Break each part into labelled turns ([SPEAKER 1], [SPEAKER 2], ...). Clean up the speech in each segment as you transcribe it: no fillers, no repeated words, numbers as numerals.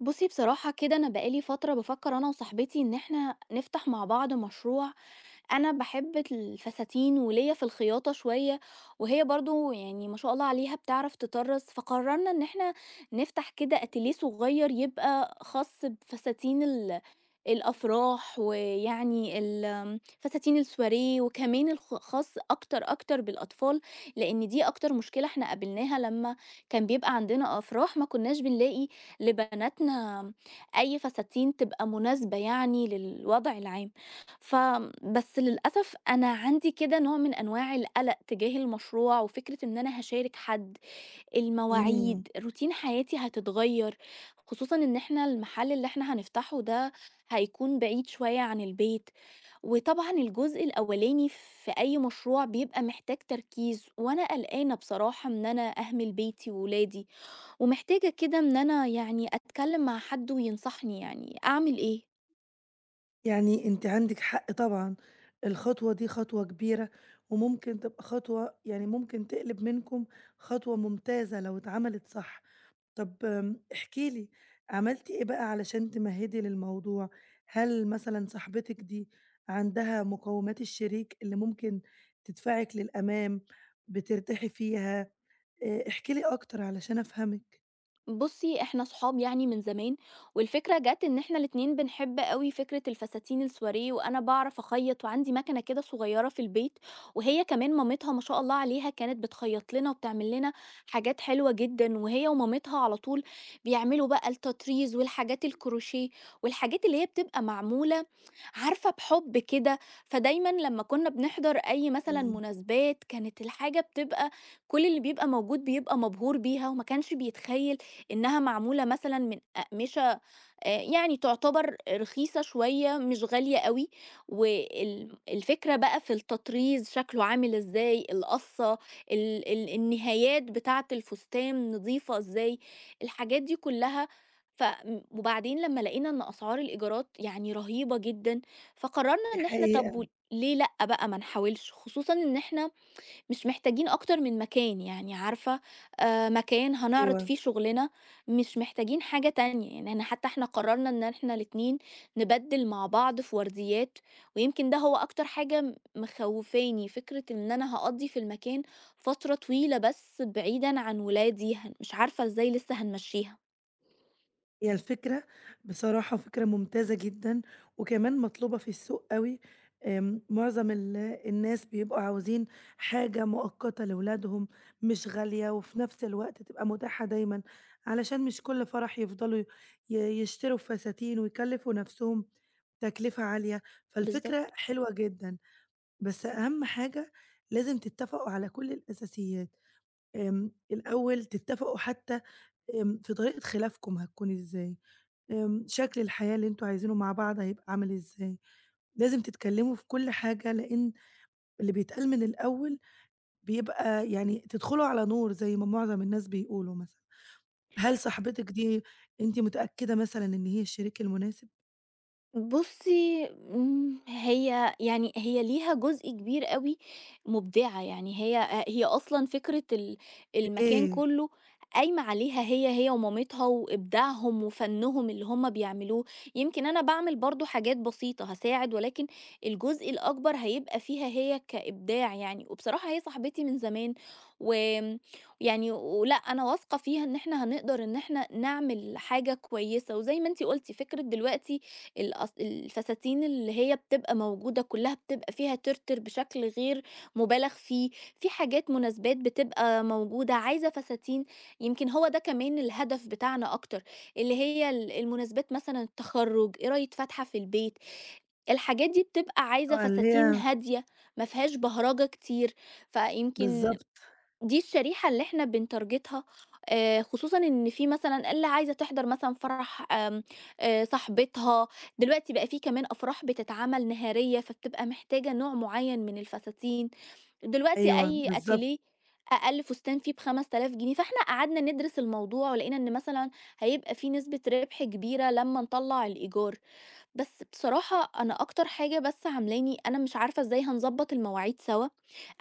[SPEAKER 1] بُصّي بصراحة كده أنا بقى لي فترة بافكّر أنا وصاحبتي إن إحنا نفتح مع بعض مشروع، أنا باحب الفساتين وليّا في الخياطة شوية، وهي برضه يعني ما شاء الله عليها بتعرف تطرّز، فقررنا إن إحنا نفتح كده أتيليه صغير يبقى خاص بفساتين الأفراح، ويعني ال آمم، فساتين السواريه، وكمان خاص أكتر، أكتر بالأطفال، لإن دي أكتر مشكلة إحنا قابلناها لمّا كان بيبقى عندنا أفراح ما كناش بنلاقي لبناتنا أي فساتين تبقى مناسبة يعني للوضع العام. بس للأسف أنا عندي كده نوع من أنواع القلق تجاه المشروع، وفكرة إن أنا هاشارك حد،
[SPEAKER 2] إمم،
[SPEAKER 1] المواعيد، روتين حياتي هتتغيّر، خصوصًا إن إحنا المحل اللي إحنا هنفتحه ده هيكون بعيد شوية عن البيت، وطبعًا الجزء الأولاني في أي مشروع بيبقى محتاج تركيز، وأنا قلقانة بصراحة إن أنا أهمل بيتي وولادي، ومحتاجة كده إن أنا يعني أتكلم مع حد وينصحني يعني أعمل إيه؟
[SPEAKER 2] يعني أنتِ عندِك حق طبعًا، الخطوة دي خطوة كبيرة، وممكن تبقى خطوة يعني ممكن تقلب منكم خطوة ممتازة لو اتعملت صح. طب احكِ لي عملتِ إيه بقى علشان تمهدي للموضوع؟ هل مثلًا صاحبتِك دي عندها مقومات الشريك اللي ممكن تدفعِك للأمام، بترتاحي فيها؟ احكِ لي أكتر علشان أفهمِك.
[SPEAKER 1] بُصّي، إحنا صحاب يعني من زمان، والفكرة جات إن إحنا الاتنين بنحب أوي فكرة الفساتين السواريه، وأنا باعرف أخيّط وعندي مكنة كده صغيّرة في البيت، وهي كمان مامتها ما شاء الله عليها كانت بتخيّط لنا وبتعمل لنا حاجات حلوة جدًا، وهي ومامتها على طول بيعملوا بقى التطريز والحاجات الكروشيه، والحاجات اللي هي بتبقى معمولة عارفة بحُب كده، فدايمًا لمّا كنا بنحضر أي مثلًا
[SPEAKER 2] إمم.
[SPEAKER 1] مناسبات، كانت الحاجة بتبقى كل اللي بيبقى موجود بيبقى مبهور بيها وما كانش بيتخيّل إنها معمولة مثلًا من أقمشة يعني تعتبر رخيصة شوية، مش غالية أوي، وال الفكرة بقى في التطريز شكله عامل إزاي، القصّة، ال ال النهايات بتاعة الفستان نضيفة إزاي، الحاجات دي كلّها ف م وبعدين لمّا لقينا إن أسعار الإيجارات يعني رهيبة جدًا، فقررنا
[SPEAKER 2] دي
[SPEAKER 1] إن إحنا طب و
[SPEAKER 2] حقيقة،
[SPEAKER 1] ليه لأ بقى ما نحاولش، خصوصًا إن إحنا مش محتاجين أكتر من مكان يعني عارفة، مكان هنعرض
[SPEAKER 2] أيوه.
[SPEAKER 1] فيه شغلنا، مش محتاجين حاجة تانية، يعني إحنا حتى إحنا قررنا إن إحنا الاتنين نبدِّل مع بعض في ورديات، ويمكن ده هو أكتر حاجة مخوّفاني، فكرة إن أنا هاقضّي في المكان فترة طويلة بس بعيدًا عن ولادي، مش عارفة إزاي لسه هنمشّيها.
[SPEAKER 2] هي الفكرة بصراحة فكرة ممتازة جدًا، وكمان مطلوبة في السوق أوي، معظم الناس بيبقوا عاوزين حاجة مؤقتة لولادهم، مش غالية وفي نفس الوقت تبقى متاحة دايمًا، علشان مش كل فرح يفضلوا ي يشتروا فساتين ويكلفوا نفسهم تكلفة عالية،
[SPEAKER 1] بالضبط.
[SPEAKER 2] فالفكرة حلوة جدًا، بس أهم حاجة لازم تتفقوا على كل الأساسيات، الأول تتفقوا حتى في طريقة خلافكم هتكون إزاي؟ شكل الحياة اللي أنتم عايزينه مع بعض هيبقى عامل إزاي؟ لازم تتكلموا في كل حاجة، لإن اللي بيتقال من الأول بيبقى يعني تدخلوا على نور زي ما معظم الناس بيقولوا مثلًا. هل صاحبتِك دي أنتِ متأكدة مثلًا إن هي الشريك المناسب؟
[SPEAKER 1] بُصّي، هي ليها جزء كبير أوي مبدعة، يعني هي أصلًا فكرة المكان
[SPEAKER 2] إيه،
[SPEAKER 1] كلّه قايمة عليها هي، هي ومامتها وإبداعهم وفنّهم اللي هُم بيعملوه، يمكن أنا باعمل برضه حاجات بسيطة هاساعد، ولكن الجزء الأكبر هيبقى فيها هي كإبداع يعني، وبصراحة هي صاحبتي من زمان، وآمم، يعني ولأ أنا واثقة فيها إن إحنا هنقدر إن إحنا نعمل حاجة كويسة، وزي ما أنتِ قُلتِ فكرة دلوقتي الفساتين اللي هي بتبقى موجودة كلّها بتبقى فيها ترتر بشكل غير مبالغ فيه، في حاجات مناسبات بتبقى موجودة، عايزة فساتين يمكن هو ده كمان الهدف بتاعنا أكتر، اللي هي المناسبات مثلًا التخرُّج، قراية فاتحة في البيت، الحاجات دي بتبقى عايزة
[SPEAKER 2] آه، اللي
[SPEAKER 1] فساتين
[SPEAKER 2] هي
[SPEAKER 1] هادية ما فيهاش بهرجة كتير، فيمكن
[SPEAKER 2] بالضبط،
[SPEAKER 1] دي الشريحة اللي إحنا بنتارجتها، خصوصًا إن في مثلًا اللي عايزة تحضر مثلًا فرح آمم، صاحبتها، دلوقتي بقى في كمان أفراح بتتعمل نهارية، فبتبقى محتاجة نوع معيّن من الفساتين، دلوقتي
[SPEAKER 2] أيوه،
[SPEAKER 1] أي
[SPEAKER 2] بالضبط،
[SPEAKER 1] أتيليه أقل فستان فيه ب5000 جنيه، فإحنا قعدنا ندرس الموضوع ولقينا إن مثلًا هيبقى في نسبة ربح كبيرة لمّا نطلّع الإيجار. بس بصراحة أنا أكتر حاجة بس عاملاني أنا مش عارفة إزاي هنظبط المواعيد سوا،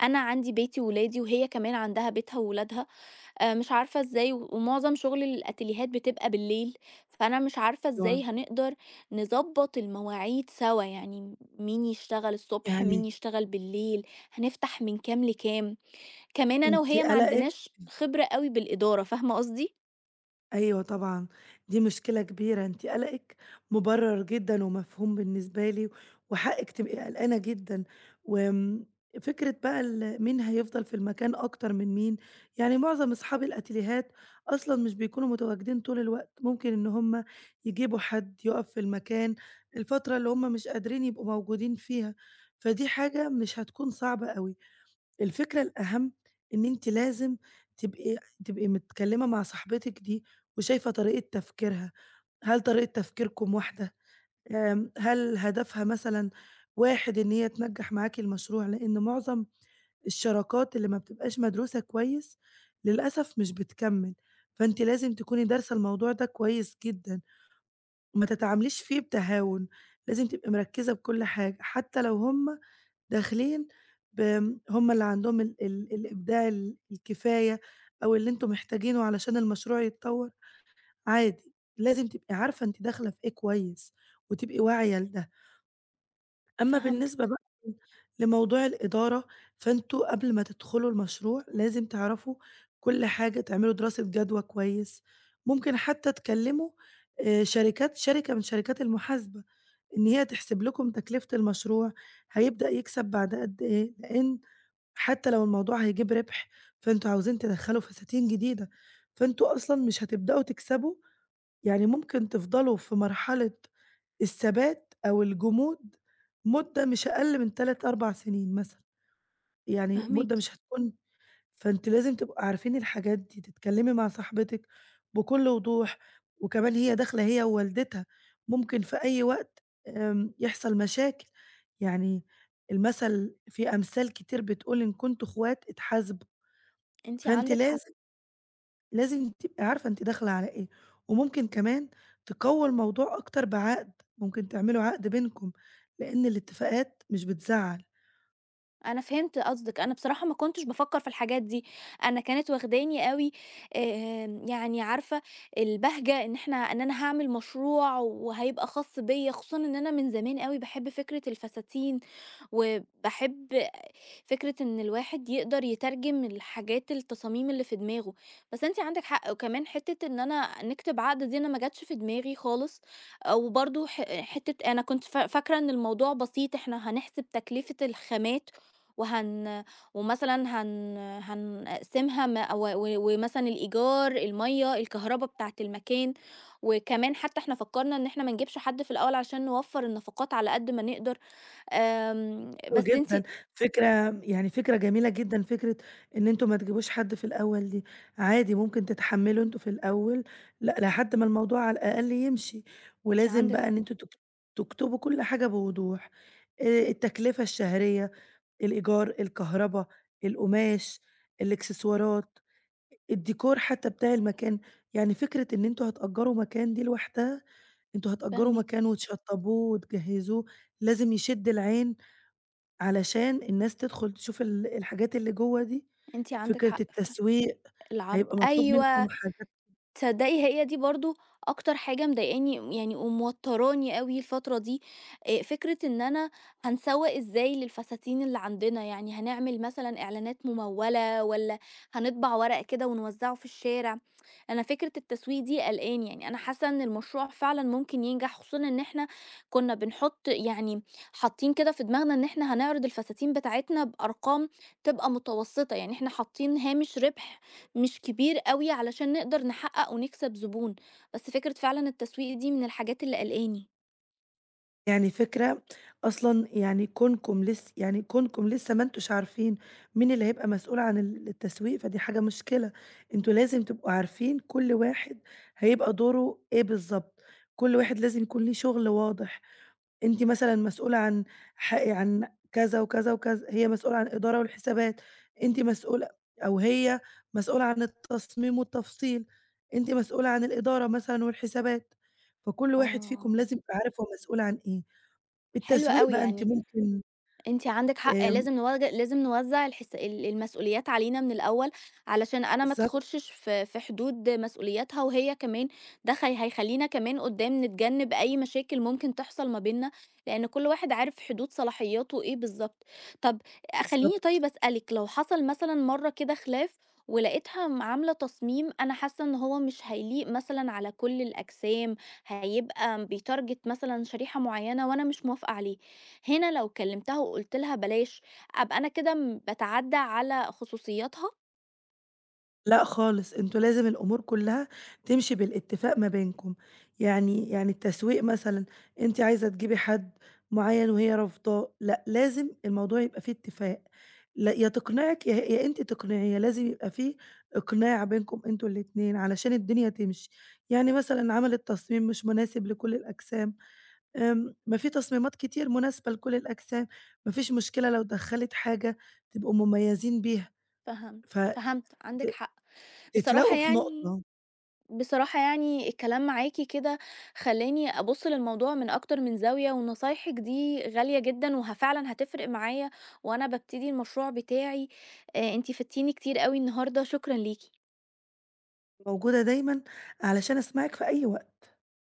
[SPEAKER 1] أنا عندي بيتي وولادي وهي كمان عندها بيتها وولادها. آه، مش عارفة إزاي و- ومعظم شغل الأتيليهات بتبقى بالليل، فأنا مش عارفة
[SPEAKER 2] أيوه.
[SPEAKER 1] إزاي هنقدر نظبط المواعيد سوا، يعني مين يشتغل الصبح مين
[SPEAKER 2] يعني
[SPEAKER 1] يشتغل بالليل، هنفتح من كام لكام، كمان أنا
[SPEAKER 2] أنتِ
[SPEAKER 1] وهي ما
[SPEAKER 2] قلقِك
[SPEAKER 1] عندناش خبرة قوي بالإدارة، فاهمة قصدي؟
[SPEAKER 2] أيوه طبعًا، دي مشكلة كبيرة، أنتِ قلقِك مُبرَّر جدًا ومفهوم بالنسبة لي، وحقِك تبقي قلقانة جدًا، وآمم فكرة بقى مين هيفضل في المكان أكتر من مين، يعني معظم أصحاب الأتيليهات أصلًا مش بيكونوا متواجدين طول الوقت، ممكن إن هُم يجيبوا حد يُقف في المكان الفترة اللي هُم مش قادرين يبقوا موجودين فيها، فدي حاجة مش هتكون صعبة أوي. الفكرة الأهم إن أنتِ لازم تبقي تبقي متكلمة مع صاحبتِك دي وشايفة طريقة تفكيرها، هل طريقة تفكيركم واحدة؟ هل هدفها مثلًا واحد إن هي تنجّح معاكِ المشروع؟ لإن معظم الشراكات اللي ما بتبقاش مدروسة كويس للأسف مش بتكمّل، فأنتِ لازم تكوني دارسة الموضوع ده كويس جدًا، ما تتعامليش فيه بتهاون، لازم تبقي مركّزة بكل حاجة، حتى لو هُم داخلين بآمم هم اللي عندهم ال الإبداع الكفاية أو اللي أنتم محتاجينه علشان المشروع يتطور، عادي، لازم تبقي عارفة أنتِ داخلة في إيه كويس، وتبقي واعية لده. أمّا بالنسبة
[SPEAKER 1] فهمتك.
[SPEAKER 2] بقى لموضوع الإدارة، فأنتم قبل ما تدخلوا المشروع لازم تعرفوا كل حاجة، تعملوا دراسة جدوى كويس، ممكن حتى تكلموا شركة من شركات المحاسبة إن هي تحسب لكم تكلفة المشروع، هيبدأ يكسب بعد قد إيه، لإن حتى لو الموضوع هيجيب ربح، فأنتم عاوزين تدخّلوا فساتين جديدة، فأنتم أصلًا مش هتبدؤوا تكسبوا، يعني ممكن تفضلوا في مرحلة الثبات أو الجمود مدة مش أقل من 3، 4 سنين مثلًا، يعني
[SPEAKER 1] فهميك.
[SPEAKER 2] مدة مش هتكون فأنتم لازم تبقوا عارفين الحاجات دي، تتكلّمي مع صاحبتِك بكل وضوح، وكمان هي داخلة هي ووالدتها، ممكن في أي وقت يحصل مشاكل، يعني المثل في أمثال كتير بتقول إن كنتم أخوات اتحاسبوا.
[SPEAKER 1] انتي
[SPEAKER 2] فأنتِ
[SPEAKER 1] عندك.
[SPEAKER 2] لازم، لازم تبقي عارفة أنتِ داخلة على إيه، وممكن كمان تقوّوا الموضوع أكتر بعقد، ممكن تعملوا عقد بينكم، لإن الاتفاقات مش بتزعّل.
[SPEAKER 1] أنا فهمت قصدِك، أنا بصراحة ما كنتش بافكّر في الحاجات دي، أنا كانت واخداني أوي يعني عارفة البهجة إن أنا هاعمل مشروع وهيبقى خاص بيّا، خصوصًا إن أنا من زمان أوي باحب فكرة الفساتين، وباحب فكرة إن الواحد يقدر يترجم التصاميم اللي في دماغه، بس أنتِ عندِك حق، وكمان حتة إن أنا نكتب عقد دي أنا ما جاتش في دماغي خالص، وبرضه حتة أنا كنت فاكرة إن الموضوع بسيط، إحنا هنحسب تكلفة الخامات وهن ومثلًا هنقسمها م و و ومثلًا الإيجار، المَيّة، الكهربا بتاعة المكان، وكمان حتى إحنا فكرنا إن إحنا ما نجيبش حد في الأول عشان نوفّر النفقات على قد ما نقدر،
[SPEAKER 2] حلو
[SPEAKER 1] بس أنتِ
[SPEAKER 2] جدًا، فكرة يعني فكرة جميلة جدًا، فكرة إن أنتم ما تجيبوش حد في الأول دي، عادي ممكن تتحمّلوا أنتم في الأول لحد ما الموضوع على الأقل يمشي،
[SPEAKER 1] أنتِ
[SPEAKER 2] ولازم
[SPEAKER 1] عندِك
[SPEAKER 2] بقى
[SPEAKER 1] حق.
[SPEAKER 2] إن أنتم تكتبوا كل حاجة بوضوح،
[SPEAKER 1] إمم.
[SPEAKER 2] التكلفة الشهرية، الإيجار، الكهربا، القماش، الإكسسوارات. الdécor حتى بتاع المكان، يعني فكرة إن أنتم هتأجّروا مكان دي لوحدها، أنتم هتأجّروا
[SPEAKER 1] فاهماكِ،
[SPEAKER 2] مكان وتشطّبوه وتجهّزوه، لازم يشِد العين علشان الناس تدخُل تشوف الحاجات اللي جوّه دي،
[SPEAKER 1] أنتِ عندِك
[SPEAKER 2] فكرة
[SPEAKER 1] حق فعلًا،
[SPEAKER 2] التسويق
[SPEAKER 1] العرض
[SPEAKER 2] هيبقى مطلوب منكم
[SPEAKER 1] أيوه.
[SPEAKER 2] حاجات
[SPEAKER 1] تصدقي هي دي برضه أكتر حاجة مضايقاني يعني وموتراني أوي الفترة دي، فكرة إن أنا هنسوّق إزاي للفساتين اللي عندنا، يعني هنعمل مثلًا إعلانات ممولة والّا هنطبع ورق كده ونوزّعه في الشارع، أنا فكرة التسويق دي قلقاني، يعني أنا حاسة إن المشروع فعلًا ممكن ينجح خصوصًا إن إحنا كنا بنحط يعني حاطين كده في دماغنا إن إحنا هنعرض الفساتين بتاعتنا بأرقام تبقى متوسطة، يعني إحنا حاطين هامش ربح مش كبير أوي علشان نقدر نحقق ونكسب زبون، بس فكرة فعلًا التسويق دي من الحاجات اللي قلقاني.
[SPEAKER 2] يعني فكرة أصلًا يعني كونكم لس يعني كونكم لسه ما أنتوش عارفين مين اللي هيبقى مسؤول عن التسويق، فدي حاجة مشكلة، أنتم لازم تبقوا عارفين كل واحد هيبقى دوره إيه بالضبط، كل واحد لازم يكون ليه شغل واضح، أنتِ مثلًا مسؤولة عن عن كذا وكذا وكذا، هي مسؤولة عن الإدارة والحسابات، أنتِ مسؤولة أو هي مسؤولة عن التصميم والتفصيل، أنتِ مسؤولة عن الإدارة مثلًا والحسابات، فكل واحد فيكم
[SPEAKER 1] آه.
[SPEAKER 2] لازم يبقى عارف هو مسؤول عن إيه.
[SPEAKER 1] حلوة
[SPEAKER 2] التسويق
[SPEAKER 1] أوي
[SPEAKER 2] بقى أنتِ
[SPEAKER 1] يعني،
[SPEAKER 2] ممكن
[SPEAKER 1] أنتِ عندِك حق،
[SPEAKER 2] آمم
[SPEAKER 1] لازم نوزّع الحس ال المسؤوليات علينا من الأول، علشان أنا ما
[SPEAKER 2] بالضبط،
[SPEAKER 1] أتخُشش في حدود مسؤولياتها، وهي كمان ده هيخلّينا كمان قدّام نتجنّب أي مشاكل ممكن تحصل ما بيننا، لإن كل واحد عارف حدود صلاحياته إيه بالضبط. طب خلّيني
[SPEAKER 2] بالضبط.
[SPEAKER 1] طيب أسألِك، لو حصل مثلًا مرّة كده خلاف ولقيتها عاملة تصميم أنا حاسة إن هو مش هيليق مثلًا على كل الأجسام، هيبقى بيتارجت مثلًا شريحة معيّنة وأنا مش موافقة عليه، هنا لو كلمتها وقلت لها بلاش ابقى انا كده بتعدى على خصوصياتها.
[SPEAKER 2] لأ خالص، أنتم لازم الأمور كلّها تمشي بالاتفاق ما بينكم. يعني التسويق مثلًا أنتِ عايزة تجيبي حد معيّن وهي رافضاه، لأ لازم الموضوع يبقى فيه اتفاق، لا يا تقنعِك يا أنتِ تقنعيه، لازم يبقى فيه إقناع بينكم أنتم الاتنين علشان الدنيا تمشي. يعني مثلًا عمل التصميم مش مناسب لكل الأجسام ما في تصميمات كتير مناسبة لكل الأجسام، ما فيش مشكلة لو دخّلِت حاجة تبقوا مميزين بيها،
[SPEAKER 1] فهمت
[SPEAKER 2] فت
[SPEAKER 1] فهمت عندك حق. بصراحة
[SPEAKER 2] تتلاقوا في
[SPEAKER 1] يعني
[SPEAKER 2] نقطة
[SPEAKER 1] بصراحة يعني الكلام معاكي كده خلاني أبص للموضوع من أكتر من زاوية ونصايحك دي غالية جدا وفعلا هتفرق معايا وأنا ببتدي المشروع بتاعي، آه، انتي فدتيني كتير قوي النهاردة شكرا ليكي
[SPEAKER 2] موجودة دايمًا علشان أسمعِك في أي وقت.